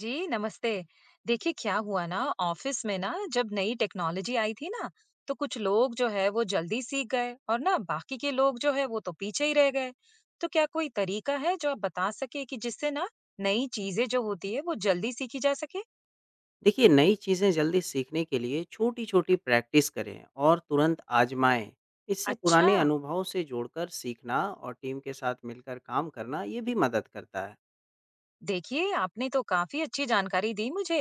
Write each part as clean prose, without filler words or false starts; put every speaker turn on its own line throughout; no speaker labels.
जी नमस्ते। देखिए क्या हुआ ना ऑफिस में ना जब नई टेक्नोलॉजी आई थी ना तो कुछ लोग जो है वो जल्दी सीख गए और ना बाकी के लोग जो है वो तो पीछे ही रह गए। तो क्या कोई तरीका है जो आप बता सके कि जिससे ना नई चीजें जो होती है वो जल्दी सीखी जा सके।
देखिए नई चीज़ें जल्दी सीखने के लिए छोटी-छोटी प्रैक्टिस करें और तुरंत आजमाएं। इससे
अच्छा,
पुराने अनुभवों से जोड़कर सीखना और टीम के साथ मिलकर काम करना ये भी मदद करता है।
देखिए आपने तो काफी अच्छी जानकारी दी मुझे।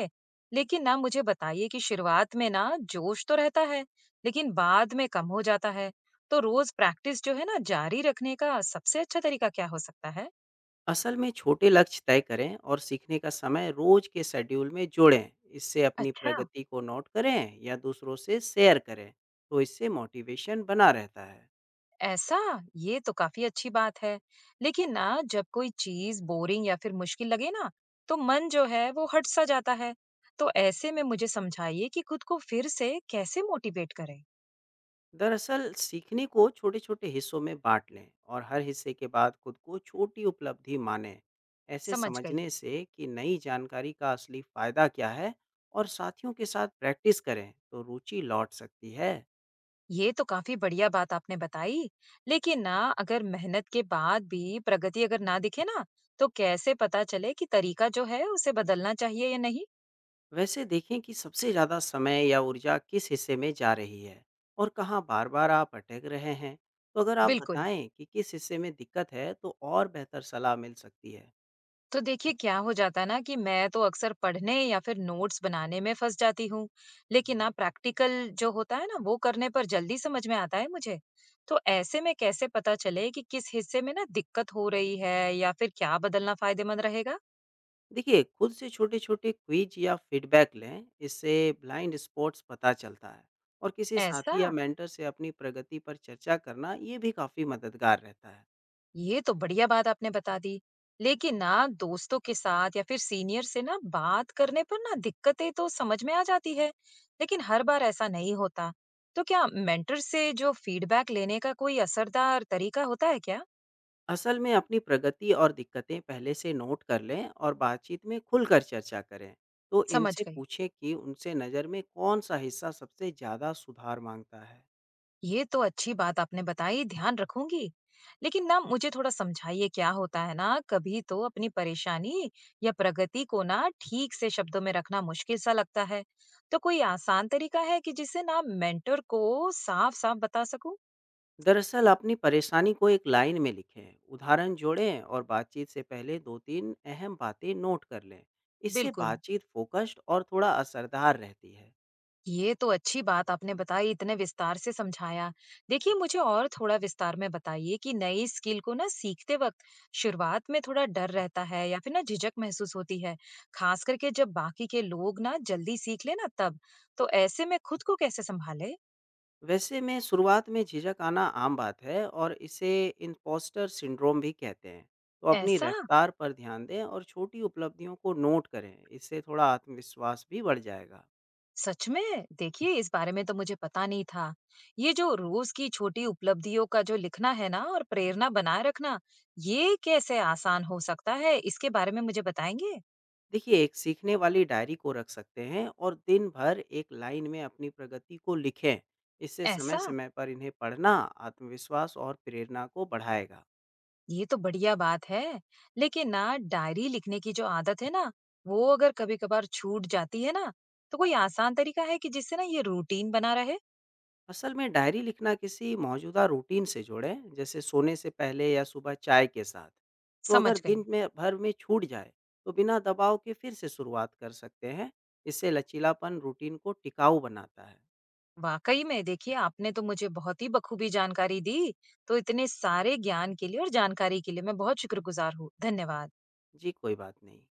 लेकिन ना मुझे बताइए कि शुरुआत में ना जोश तो रहता है लेकिन बाद में कम हो जाता है। तो रोज प्रैक्टिस जो है ना जारी रखने का सबसे अच्छा तरीका क्या हो सकता है।
असल में छोटे लक्ष्य तय करें और सीखने का समय रोज के शेड्यूल में जोड़ें। इससे अपनी
अच्छा।
प्रगति को नोट करें या दूसरों से शेयर करें, तो इससे मोटिवेशन बना रहता है।
ऐसा। ये तो काफी अच्छी बात है। लेकिन ना जब कोई चीज बोरिंग या फिर मुश्किल लगे ना तो मन जो है वो हट सा जाता है। तो ऐसे में मुझे समझाइए कि खुद को फिर से कैसे मोटिवेट करें।
दरअसल सीखने को छोटे छोटे हिस्सों में बांट लें और हर हिस्से के बाद खुद को छोटी उपलब्धि माने। ऐसे
समझ गई।
समझने से कि नई जानकारी का असली फायदा क्या है और साथियों के साथ प्रैक्टिस करें तो रुचि लौट सकती है।
ये तो काफी बढ़िया बात आपने बताई। लेकिन ना अगर मेहनत के बाद भी प्रगति अगर ना दिखे ना, तो कैसे पता चले कि तरीका जो है उसे बदलना चाहिए या नहीं?
वैसे देखें कि सबसे ज़्यादा समय या ऊर्जा किस हिस्से में जा रही है और कहाँ बार बार आप अटक रहे हैं। तो अगर आप
बिल्कुल।
बताएं कि किस हिस्से में दिक्कत है तो और बेहतर सलाह मिल सकती है।
तो देखिए क्या हो जाता है ना कि मैं तो अक्सर पढ़ने या फिर नोट्स बनाने में फंस जाती हूँ, लेकिन ना प्रैक्टिकल जो होता है ना वो करने पर जल्दी समझ में आता है मुझे। तो ऐसे में कैसे पता चले कि किस हिस्से में ना दिक्कत हो रही है या फिर क्या बदलना फायदेमंद रहेगा?
देखिए, खुद से छोटे-छोटे क्विज़ या फ़ीडबैक लें, इससे ब्लाइंड स्पॉट्स पता चलता है और किसी
ऐसा?
साथी या मेंटर से अपनी प्रगति पर चर्चा करना, ये भी काफ़ी मददगार रहता है।
ये तो बढ़िया बात आपने बता दी। लेकिन ना दोस्तों के साथ या फिर सीनियर से ना बात करने पर ना दिक्कतें तो समझ में आ जाती है, लेकिन हर बार ऐसा नहीं होता। तो क्या मेंटर से जो फीडबैक लेने का कोई असरदार तरीका होता है क्या?
असल में अपनी प्रगति और दिक्कतें पहले से नोट कर लें और बातचीत में खुलकर चर्चा करें। तो
समझ
इनसे
गई।
पूछें कि उनसे नज़र में कौन-सा हिस्सा सबसे ज़्यादा सुधार माँगता है।
ये तो अच्छी बात आपने बताई, ध्यान रखूंगी। लेकिन ना मुझे थोड़ा समझाइए क्या होता है ना कभी तो अपनी परेशानी या प्रगति को ना ठीक से शब्दों में रखना मुश्किल सा लगता है। तो कोई आसान तरीका है कि जिससे ना मेंटर को साफ साफ बता सकूं।
दरअसल अपनी परेशानी को एक लाइन में लिखें, उदाहरण जोड़ें और बातचीत से पहले 2-3 अहम बातें नोट कर लें। इससे
बिल्कुल।
बातचीत फोकस्ड और थोड़ा असरदार रहती है।
ये तो अच्छी बात आपने बताई, इतने विस्तार से समझाया। देखिए, मुझे और थोड़ा विस्तार में बताइए कि नई स्किल को ना सीखते वक़्त शुरुआत में थोड़ा डर रहता है या फिर ना झिझक महसूस होती है, ख़ास करके जब बाकी के लोग ना जल्दी सीख लें ना तब। तो ऐसे में खुद को कैसे सँभालें?
वैसे में शुरुआत में झिझक आना आम बात है और इसे इम्पोस्टर सिंड्रोम भी कहते हैं। तो अपनी
ऐसा?
रफ्तार पर ध्यान दें और छोटी उपलब्धियों को नोट करें। इससे थोड़ा आत्मविश्वास भी बढ़ जाएगा।
सच में? देखिए, इस बारे में तो मुझे पता नहीं था। ये जो रोज़ की छोटी उपलब्धियों का जो लिखना है ना और प्रेरणा बनाए रखना, ये कैसे आसान हो सकता है? इसके बारे में मुझे बताएँगे?
देखिए, एक सीखने वाली डायरी को रख सकते हैं और दिन भर एक लाइन में अपनी प्रगति को लिखें। इससे
ऐसा?
समय-समय पर इन्हें पढ़ना आत्मविश्वास और प्रेरणा को बढ़ाएगा।
ये तो बढ़िया बात है। लेकिन ना डायरी लिखने की जो आदत है ना, वो अगर कभी-कभार छूट जाती है ना, तो कोई आसान तरीका है कि जिससे ना ये रूटीन बना रहे?
असल में डायरी लिखना किसी मौजूदा रूटीन से जोड़ें, जैसे सोने से पहले या सुबह चाय के साथ। तो
समझ
अगर
गई।
दिन में भर में छूट जाए, तो बिना दबाव के फिर से शुरुआत कर सकते हैं। इससे लचीलापन रूटीन को टिकाऊ बनाता है।
वाक़ई में देखिए आपने तो मुझे बहुत ही बखूबी जानकारी दी। तो इतने सारे ज्ञान के लिए और जानकारी के लिए मैं बहुत शुक्रगुज़ार हूँ। धन्यवाद।
जी, कोई बात नहीं।